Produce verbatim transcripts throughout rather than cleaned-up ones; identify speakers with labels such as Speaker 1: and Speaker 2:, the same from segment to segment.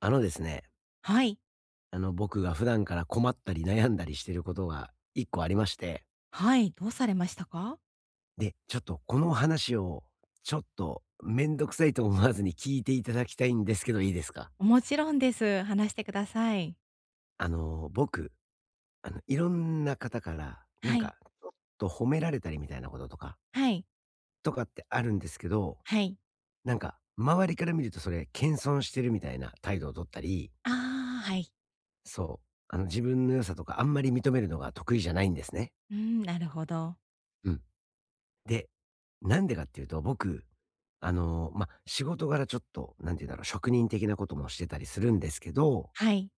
Speaker 1: あのですね、
Speaker 2: はい。
Speaker 1: あの、僕が普段から困ったり悩んだりしてることがいっこありまして、
Speaker 2: はい、どうされましたか？
Speaker 1: で、ちょっとこの話を、ちょっとめんどくさいと思わずに聞いていただきたいんですけど、いいですか？
Speaker 2: もちろんです。話してください。
Speaker 1: あの、僕、あの、いろんな方から、なん
Speaker 2: はい、
Speaker 1: か、ちょっと褒められたりみたいなこととか
Speaker 2: はい、
Speaker 1: とかってあるんですけど、
Speaker 2: はい。
Speaker 1: なんか、周りから見るとそれ謙遜してるみたいな態度を取ったり、
Speaker 2: ああ、はい。
Speaker 1: そう、あの、自分の良さとかあんまり認めるのが得意じゃないんですね。
Speaker 2: うーん、なるほど。
Speaker 1: うん。で、なんでかっていうと、僕、あの、まあ、仕事柄ちょっと、なんて言うんだろう、職人的なこともしてたりするんですけど、
Speaker 2: はい。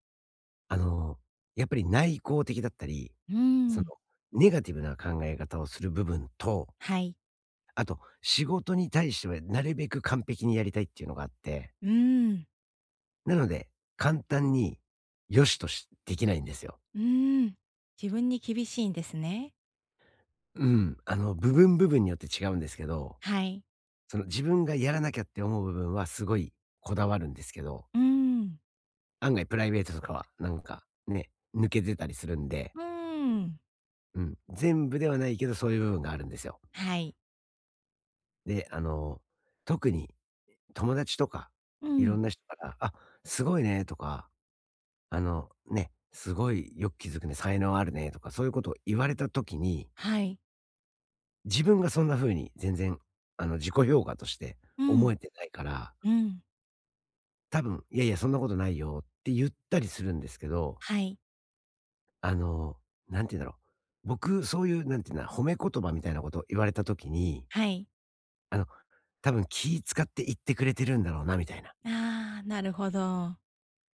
Speaker 1: あの、やっぱり内向的だったり、
Speaker 2: う
Speaker 1: その、
Speaker 2: ん、
Speaker 1: ネガティブな考え方をする部分と、
Speaker 2: はい。
Speaker 1: あと、仕事に対してはなるべく完璧にやりたいっていうのがあって、
Speaker 2: うん、
Speaker 1: なので、簡単に良しとしできないんですよ。
Speaker 2: うん。自分に厳しいんですね。
Speaker 1: うん、あの、部分部分によって違うんですけど、
Speaker 2: はい。
Speaker 1: その自分がやらなきゃって思う部分はすごいこだわるんですけど
Speaker 2: うん、
Speaker 1: 案外プライベートとかは、なんか、ね、抜けてたりするんで、
Speaker 2: うん、
Speaker 1: うん、全部ではないけど、そういう部分があるんですよ。
Speaker 2: はい。
Speaker 1: で、あの、特に友達とか、
Speaker 2: う
Speaker 1: い
Speaker 2: ん、
Speaker 1: ろんな人から、あ、すごいねとか、あの、ね、すごいよく気づくね、才能あるねとか、そういうことを言われた時に、
Speaker 2: はい。
Speaker 1: 自分がそんな風に全然、あの、自己評価として
Speaker 2: う
Speaker 1: 思
Speaker 2: ん、
Speaker 1: えてないから、
Speaker 2: うん、
Speaker 1: 多分、いやいや、そんなことないよって言ったりするんですけど
Speaker 2: はい、
Speaker 1: あの、なんて言うんだろう。僕、そういう、なんて言うんだ、褒め言葉みたいなことを言われた時に、
Speaker 2: はい。
Speaker 1: あの、多分気使って言ってくれてるんだろうな、みたいな。
Speaker 2: ああ、なるほど。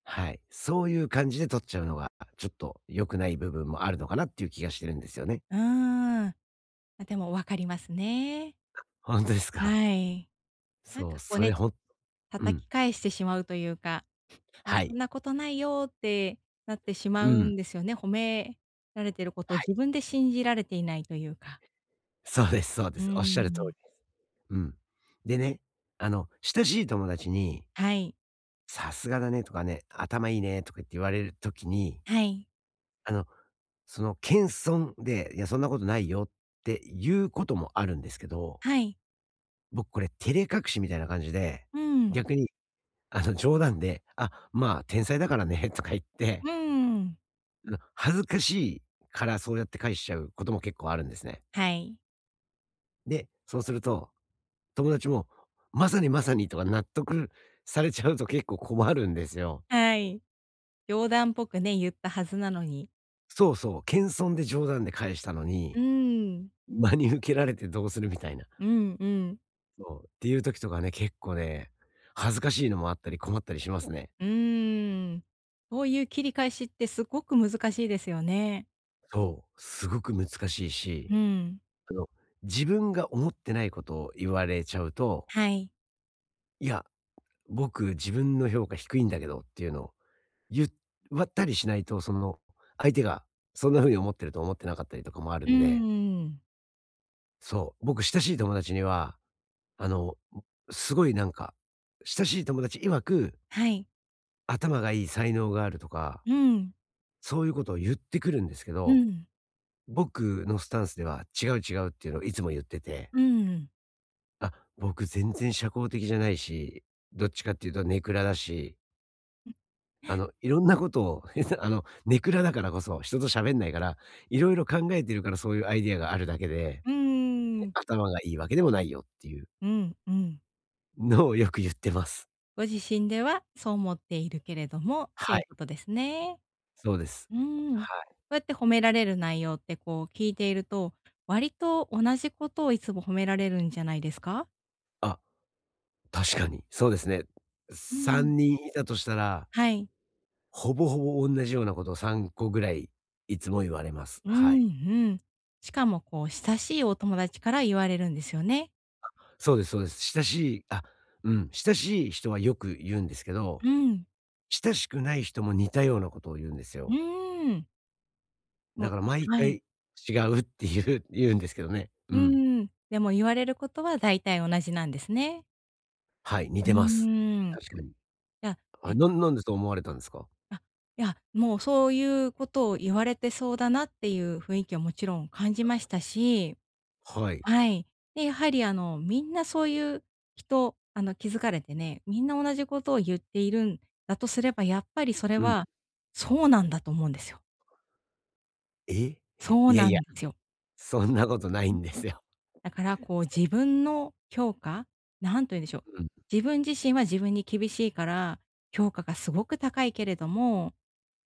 Speaker 1: はい。そういう感じで取っちゃうのが、ちょっと良くない部分もあるのかなっていう気がしてるんですよね。
Speaker 2: うーん。まあ、でもわかりますね。
Speaker 1: 本当ですか？
Speaker 2: はい。なん
Speaker 1: そ
Speaker 2: か
Speaker 1: う、
Speaker 2: こう
Speaker 1: それ
Speaker 2: ね、
Speaker 1: ほんう
Speaker 2: 叩
Speaker 1: ん。
Speaker 2: き返してしまうというか、あ、
Speaker 1: は
Speaker 2: そ
Speaker 1: い。
Speaker 2: んなことないよってなってし
Speaker 1: う
Speaker 2: まう
Speaker 1: ん。
Speaker 2: んですよね。褒められてることを
Speaker 1: は
Speaker 2: 自
Speaker 1: い。
Speaker 2: 分で信じられていないというか。
Speaker 1: そうですそうで
Speaker 2: うー
Speaker 1: す。おっしゃる通り。
Speaker 2: ん。
Speaker 1: うん。でね、あの、親しい友達に、
Speaker 2: はい。
Speaker 1: 「さすがだね」とかね、「頭いいね」とか言って言われる時に
Speaker 2: はい。
Speaker 1: あの、その謙遜で、いや、そんなことないよっていうこともあるんですけど、
Speaker 2: はい。
Speaker 1: 僕これ照れ隠しみたいな感じで、
Speaker 2: うん。
Speaker 1: 逆に、あの、冗談で、あ、まあ、天才だからねとか言って、
Speaker 2: うん。
Speaker 1: あの、恥ずかしいからそうやって返しちゃうことも結構あるんですね。
Speaker 2: はい。
Speaker 1: で、そうすると、友達も、まさにまさにとか納得されちゃうと結構困るんですよ。
Speaker 2: はい。冗談っぽくね、言ったはずなのに。
Speaker 1: そうそう、謙遜で冗談で返したの
Speaker 2: う
Speaker 1: に、
Speaker 2: ーん。
Speaker 1: 真に受けられてどうするみたいな。
Speaker 2: うんうん。
Speaker 1: そう。っていう時とかね、結構ね、恥ずかしいのもあったり困ったりしますね。
Speaker 2: うーん。そういう切り返しってすごく難しいですよね。
Speaker 1: そう、すごく難しいし、
Speaker 2: うん。
Speaker 1: あの、自分が思ってないことを言われちゃうと、
Speaker 2: はい。
Speaker 1: いや、僕自分の評価低いんだけどっていうのを言ったりしないと、その、相手がそんな風に思ってると思ってなかったりとかもある
Speaker 2: うー
Speaker 1: んで、
Speaker 2: ん。
Speaker 1: そう、僕親しい友達には、あの、すごいなんか、親しい友達曰く、
Speaker 2: はい。
Speaker 1: 頭がいい才能があるとか、
Speaker 2: うん。
Speaker 1: そういうことを言ってくるんですけ
Speaker 2: う
Speaker 1: ど
Speaker 2: ん、
Speaker 1: 僕のスタンスでは違う違うっていうのをいつも言ってて、
Speaker 2: うん、
Speaker 1: あ、僕全然社交的じゃないし、どっちかっていうとネクラだし、あの、いろんなことを あの、ネクラだからこそ、人と喋んないから、いろいろ考えてるからそういうアイデアがあるだけで、
Speaker 2: うん、
Speaker 1: 頭がいいわけでもないよっていう
Speaker 2: うん、うん。
Speaker 1: のをよく言ってます。
Speaker 2: ご自身ではそう思っているけれどもって
Speaker 1: は
Speaker 2: いう
Speaker 1: い、
Speaker 2: ことですね。
Speaker 1: そうです。
Speaker 2: うん。そ
Speaker 1: はい。
Speaker 2: うやって褒められる内容ってこう聞いていると、割と同じことをいつも褒められるんじゃないですか？
Speaker 1: あ、確かに、そうですね。
Speaker 2: うん。
Speaker 1: さんにんいたとしたら、
Speaker 2: はい。
Speaker 1: ほぼほぼ同じようなことをさんこぐらいいつも言われます。
Speaker 2: う
Speaker 1: は
Speaker 2: ん、
Speaker 1: い。
Speaker 2: うん。しかもこう親しいお友達から言われるんですよね。
Speaker 1: そうですそうです。親しいあ、うん、親しい人はよく言うんですけど、
Speaker 2: うん、
Speaker 1: 親しくない人も似たようなことを言うんです
Speaker 2: う
Speaker 1: よ。
Speaker 2: ーん。も
Speaker 1: だから毎
Speaker 2: うはい。
Speaker 1: 回違うって言う言うんですけどね。う
Speaker 2: う
Speaker 1: ん。
Speaker 2: ーん。でも言われることは大体同じなんですね。
Speaker 1: はい、似
Speaker 2: う
Speaker 1: てます。
Speaker 2: ーん。
Speaker 1: 確かに。
Speaker 2: じゃあ、え
Speaker 1: あ、
Speaker 2: っ
Speaker 1: なんなんでそう思われたんですか？
Speaker 2: あ、いや、もうそういうことを言われてそうだなっていう雰囲気はもちろん感じましたし、
Speaker 1: はい。
Speaker 2: はい。で、やはりあの、みんなそういう人、あの、気づかれてね、みんな同じことを言っているんだとすれば、やっぱりそれ
Speaker 1: うん。
Speaker 2: は、そうなんだと思うんですよ。
Speaker 1: え？
Speaker 2: そう
Speaker 1: いや
Speaker 2: な
Speaker 1: いや、
Speaker 2: んですよ。
Speaker 1: そんなことないんですよ。
Speaker 2: だからこう自分の評価、なんと言うんでしょう。
Speaker 1: うん。
Speaker 2: 自分自身は自分に厳しいから、評価がすごく高いけれども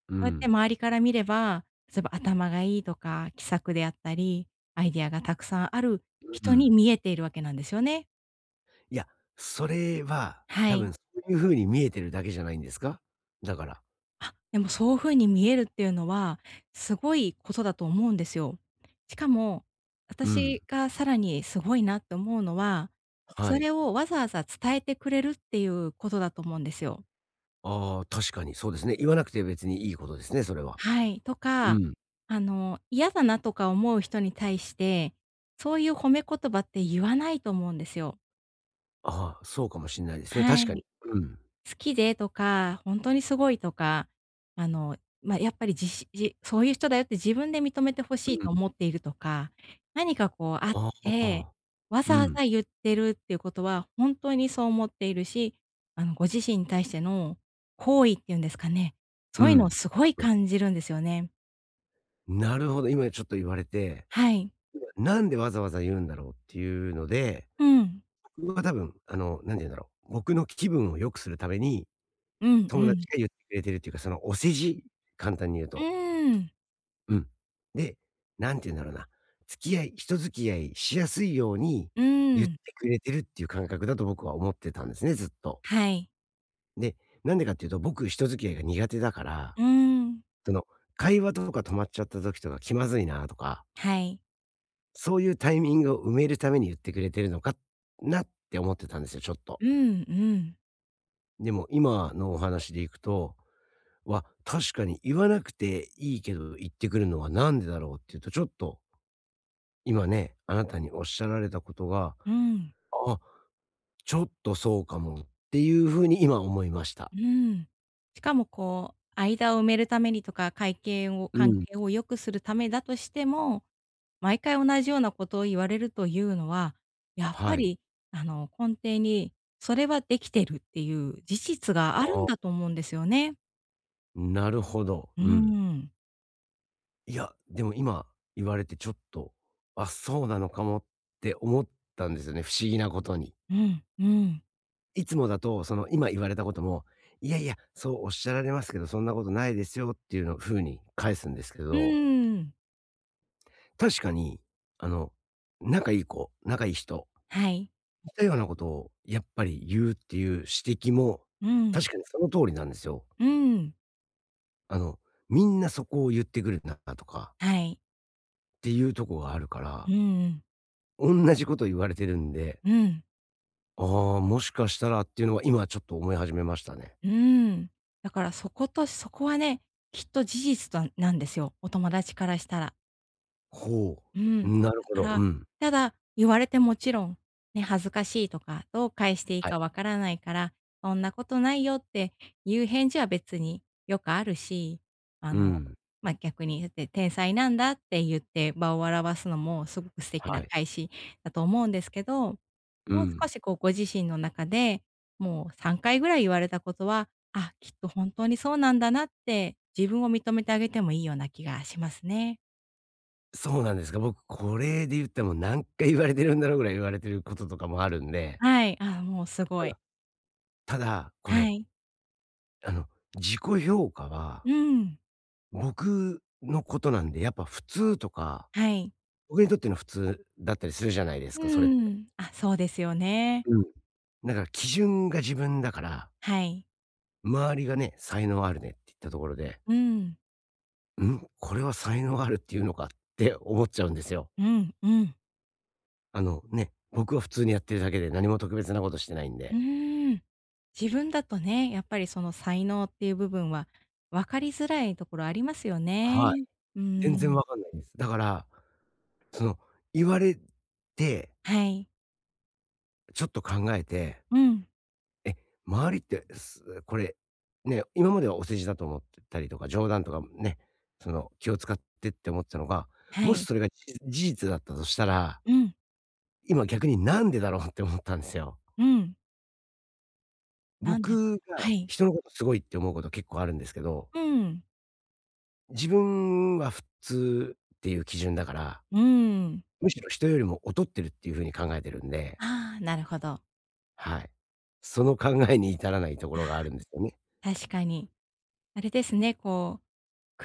Speaker 1: う
Speaker 2: そうやって
Speaker 1: ん。
Speaker 2: 周りから見れば、例えば頭がいいとか、気さくであったり、アイデアがたくさんある
Speaker 1: う
Speaker 2: 人に
Speaker 1: ん。
Speaker 2: 見えているわけなんですよね。
Speaker 1: いや、それは
Speaker 2: は
Speaker 1: 多
Speaker 2: い。
Speaker 1: 分そういう風に見えてるだけじゃないんですか？だから。
Speaker 2: あ、でもそういう風に見えるっていうのは、すごいことだと思うんですよ。しかも、
Speaker 1: うん。
Speaker 2: 私がさらにすごいなって思うのは、
Speaker 1: は
Speaker 2: それ
Speaker 1: い。
Speaker 2: をわざわざ伝えてくれるっていうことだと思うんですよ。
Speaker 1: ああ、確かにそうですね。言わなくて別にいいことですね、それは。
Speaker 2: はい。と
Speaker 1: う
Speaker 2: か、
Speaker 1: ん。
Speaker 2: あの、嫌だなとか思う人に対して、そういう褒め言葉って言わないと思うんですよ。
Speaker 1: ああ、そうかもしんないですね。
Speaker 2: は
Speaker 1: 確かに。
Speaker 2: い。
Speaker 1: うん。
Speaker 2: 好きでとか、本当にすごいとか、あの、まあ、やっぱりじしじそういう人だよって自分で認めて欲
Speaker 1: う
Speaker 2: しいと
Speaker 1: ん。
Speaker 2: 思っているとか、何かこうあっ
Speaker 1: あ
Speaker 2: て、
Speaker 1: あ。
Speaker 2: わざ
Speaker 1: う
Speaker 2: わ
Speaker 1: ん。
Speaker 2: ざ言ってるっていうことは、本当にそう思っているし、あの、ご自身に対しての好意っていうんですかね、
Speaker 1: う
Speaker 2: そういうのを
Speaker 1: ん。
Speaker 2: すごい
Speaker 1: と、
Speaker 2: 感じるんですよね。
Speaker 1: なるほど、今ちょっと言われて、
Speaker 2: はい。
Speaker 1: なんでわざわざ言うんだろうっていうので、
Speaker 2: うん。
Speaker 1: 僕は多分、あの、なんて言うんだろう、僕の気分を良くするために、
Speaker 2: うん
Speaker 1: 友
Speaker 2: うん。
Speaker 1: 達が言ってくれてるっていうか、そのお世辞、簡単に言う
Speaker 2: う
Speaker 1: と。
Speaker 2: ーん。
Speaker 1: うん。で、なんて言うんだろうな、付き合い人付き合いしやすいように
Speaker 2: うー
Speaker 1: 言っ
Speaker 2: ん。
Speaker 1: てくれてるっていう感覚だと僕は思ってたんですね、ずっと。
Speaker 2: はい。
Speaker 1: で、なんでかっていうと、僕人付き合いが苦手だから、
Speaker 2: うーん。
Speaker 1: その、会話とか止まっちゃった時とか気まずいなとか、
Speaker 2: はい。
Speaker 1: そういうタイミングを埋めるために言ってくれてるのかなって思ってたんですよ、ちょっと。
Speaker 2: うんうん。
Speaker 1: でも今のお話でいくと、は確かに言わなくていいけど言ってくるのはなんでだろうっていうと、ちょっと今ね、あなたにおっしゃられたことが、
Speaker 2: うん。
Speaker 1: あ、ちょっとそうかもっていう風に今思いました。
Speaker 2: うん。しかもこう、間を埋めるためにとか、会計を
Speaker 1: う
Speaker 2: 関
Speaker 1: ん。
Speaker 2: 係を良くするためだとしても、毎回同じようなことを言われるというのは、やっぱ
Speaker 1: はい。
Speaker 2: りあの、根底にそれはできてるっていう事実があるんだ
Speaker 1: あ
Speaker 2: と思うんですよね。
Speaker 1: なるほど。
Speaker 2: う
Speaker 1: うん。
Speaker 2: ん。
Speaker 1: いや、でも今言われてちょっと、あ、そうなのかもって思ったんですよね、不思議なことに。
Speaker 2: うん、うん。
Speaker 1: いつもだと、その今言われたことも、いやいや、そうおっしゃられますけど、そんなことないですよっていうの風に返すんですけ
Speaker 2: う
Speaker 1: ど、
Speaker 2: ーん。
Speaker 1: 確かに、あの、仲いい子、仲いい人
Speaker 2: はい。
Speaker 1: 似たようなことをやっぱり言うっていう指摘も、
Speaker 2: うん。
Speaker 1: 確かにその通りなんですよ。
Speaker 2: うん。
Speaker 1: あの、みんなそこを言ってくるなとか
Speaker 2: はい。
Speaker 1: っていうとこがあるか
Speaker 2: う
Speaker 1: ら、
Speaker 2: んうん。
Speaker 1: おんなじこと言われてるんで、
Speaker 2: うん。
Speaker 1: ああ、もしかしたらっていうのは今ちょっと思い始めました
Speaker 2: うんはいうんうんはいうんうん
Speaker 1: ね。
Speaker 2: うんんだからそことそこはね、きっと事実となんですよ、お友達からしたら。
Speaker 1: ほ
Speaker 2: うん。
Speaker 1: う、
Speaker 2: だ
Speaker 1: なるほ
Speaker 2: か
Speaker 1: ど、
Speaker 2: ら、
Speaker 1: うん。
Speaker 2: ただ、言われてもちろん、ね、恥ずかしいとか、どう返していい
Speaker 1: はい。
Speaker 2: かわからないから、そんなことないよっていう返事は別によくあるし、あ
Speaker 1: う
Speaker 2: の、
Speaker 1: ん。
Speaker 2: まあ、逆に、だって天才なんだって言って場を笑わすのもすごく素敵
Speaker 1: は
Speaker 2: な
Speaker 1: い。
Speaker 2: 返しだと思うんですけど、
Speaker 1: う
Speaker 2: もう少
Speaker 1: ん。
Speaker 2: しこうご自身の中で、もうさんかいぐらい言われたことは、あ、きっと本当にそうなんだなって自分を認めてあげてもいいような気がしますね。
Speaker 1: そうなんですか。僕これで言っても何回言われてるんだろうぐらい言われてることとかもあるんで、
Speaker 2: はい、あ、もうす
Speaker 1: た
Speaker 2: ごい。
Speaker 1: だただ、こ
Speaker 2: は
Speaker 1: れ、
Speaker 2: い。
Speaker 1: あの、自己評価は
Speaker 2: うん。
Speaker 1: 僕のことなんで、やっぱ普通とか、
Speaker 2: はい。
Speaker 1: 僕にとっての普通だったりするじゃないで
Speaker 2: う
Speaker 1: すか、それって。
Speaker 2: ん。あ、そうですよね。
Speaker 1: うん。だから基準が自分だから、
Speaker 2: はい。
Speaker 1: 周りがね、才能あるねって言ったところで、
Speaker 2: うん。
Speaker 1: ん、これは才能あるっていうのかって思っちゃうんですよ。
Speaker 2: うん、うん。
Speaker 1: あのね、僕は普通にやってるだけで何も特別なことしてないん
Speaker 2: う
Speaker 1: で。
Speaker 2: ーん。自分だとね、やっぱりその才能っていう部分は分かりづらいところありますよね。
Speaker 1: はい。
Speaker 2: う
Speaker 1: 全
Speaker 2: ー
Speaker 1: 然
Speaker 2: ん。
Speaker 1: わかんないです。だから、その言われて、
Speaker 2: はい。
Speaker 1: ちょっと考えて
Speaker 2: うん。
Speaker 1: え、周りって、すこれ、ね、今まではお世辞だと思ってたりとか、冗談とかね、その、気を使ってって思ってたのが、
Speaker 2: は
Speaker 1: もし
Speaker 2: い。
Speaker 1: それがじ事実だったとしたら、
Speaker 2: うん。
Speaker 1: 今逆になんでだろうって思ったんですよ。
Speaker 2: うん。なんでだろ
Speaker 1: 僕
Speaker 2: う。は
Speaker 1: が
Speaker 2: い。
Speaker 1: 人のことすごいって思うこと結構あるんですけど、
Speaker 2: うん。
Speaker 1: 自分は普通っていう基準だから、
Speaker 2: うーん。
Speaker 1: むしろ人よりも劣ってるっていう風に考えてるんで、
Speaker 2: ああ、なるほど。
Speaker 1: はい。その考えに至らないところが
Speaker 2: あ、
Speaker 1: あるんですよね。
Speaker 2: 確かに。あれですね、こ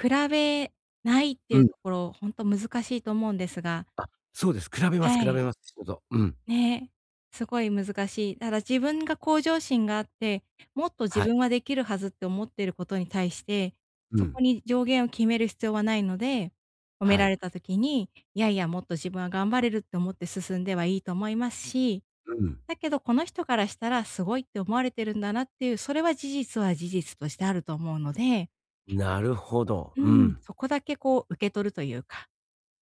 Speaker 2: う、比べないってい
Speaker 1: う
Speaker 2: う
Speaker 1: ん。
Speaker 2: ところ、ほんと難しいと思うんですが
Speaker 1: あ、そうです。比べます
Speaker 2: は
Speaker 1: 比
Speaker 2: い。
Speaker 1: べます、人と。うん。
Speaker 2: ね。すごい難しい。ただ自分が向上心があって、もっと自
Speaker 1: はい。
Speaker 2: 分はできるはずって思ってることに対して、
Speaker 1: う
Speaker 2: そこ
Speaker 1: ん。
Speaker 2: に上限を決める必要はないので、褒め
Speaker 1: は
Speaker 2: られ
Speaker 1: い。
Speaker 2: た時に、いやいや、もっと自分は頑張れるって思って進んではいいと思いますし、
Speaker 1: うん。
Speaker 2: だけどこの人からしたらすごいって思われてるんだなっていう、それは事実は事実としてあると思うので、
Speaker 1: なるほど。
Speaker 2: う
Speaker 1: う
Speaker 2: ん、
Speaker 1: ん。
Speaker 2: そこだけこう受け取るというか、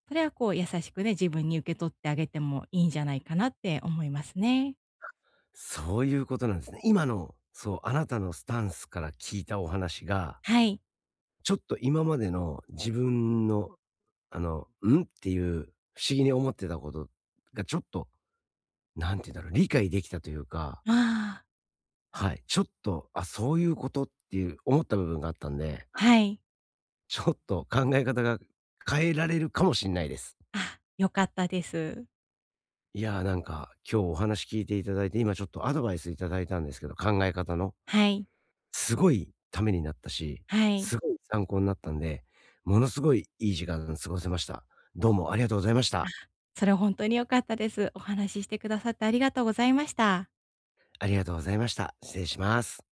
Speaker 2: それはこう優しくね、自分に受け取ってあげてもいいんじゃないかなって思いますね。
Speaker 1: そういうことなんですね。今の、そう、あなたのスタンスから聞いたお話が、
Speaker 2: はい。
Speaker 1: ちょっと今までの自分の、あの、んっていう不思議に思ってたことがちょっと、なんて言うんだろう、理解できたというか、
Speaker 2: ああ、
Speaker 1: はい。ちょっと、あ、そういうことっていう思った部分があったんで、
Speaker 2: はい。
Speaker 1: ちょっと考え方が変えられるかもしれないです。
Speaker 2: あ、良かったです。
Speaker 1: いやー、なんか、今日お話聞いていただいて、今ちょっとアドバイスいただいたんですけど、考え方の。
Speaker 2: はい、
Speaker 1: すごいためになったし、
Speaker 2: はい。
Speaker 1: すごい参考になったんで、ものすごいいい時間過ごせました。どうもありがとうございました。
Speaker 2: それ本当に良かったです。お話ししてくださってありがとうございました。
Speaker 1: ありがとうございました。失礼します。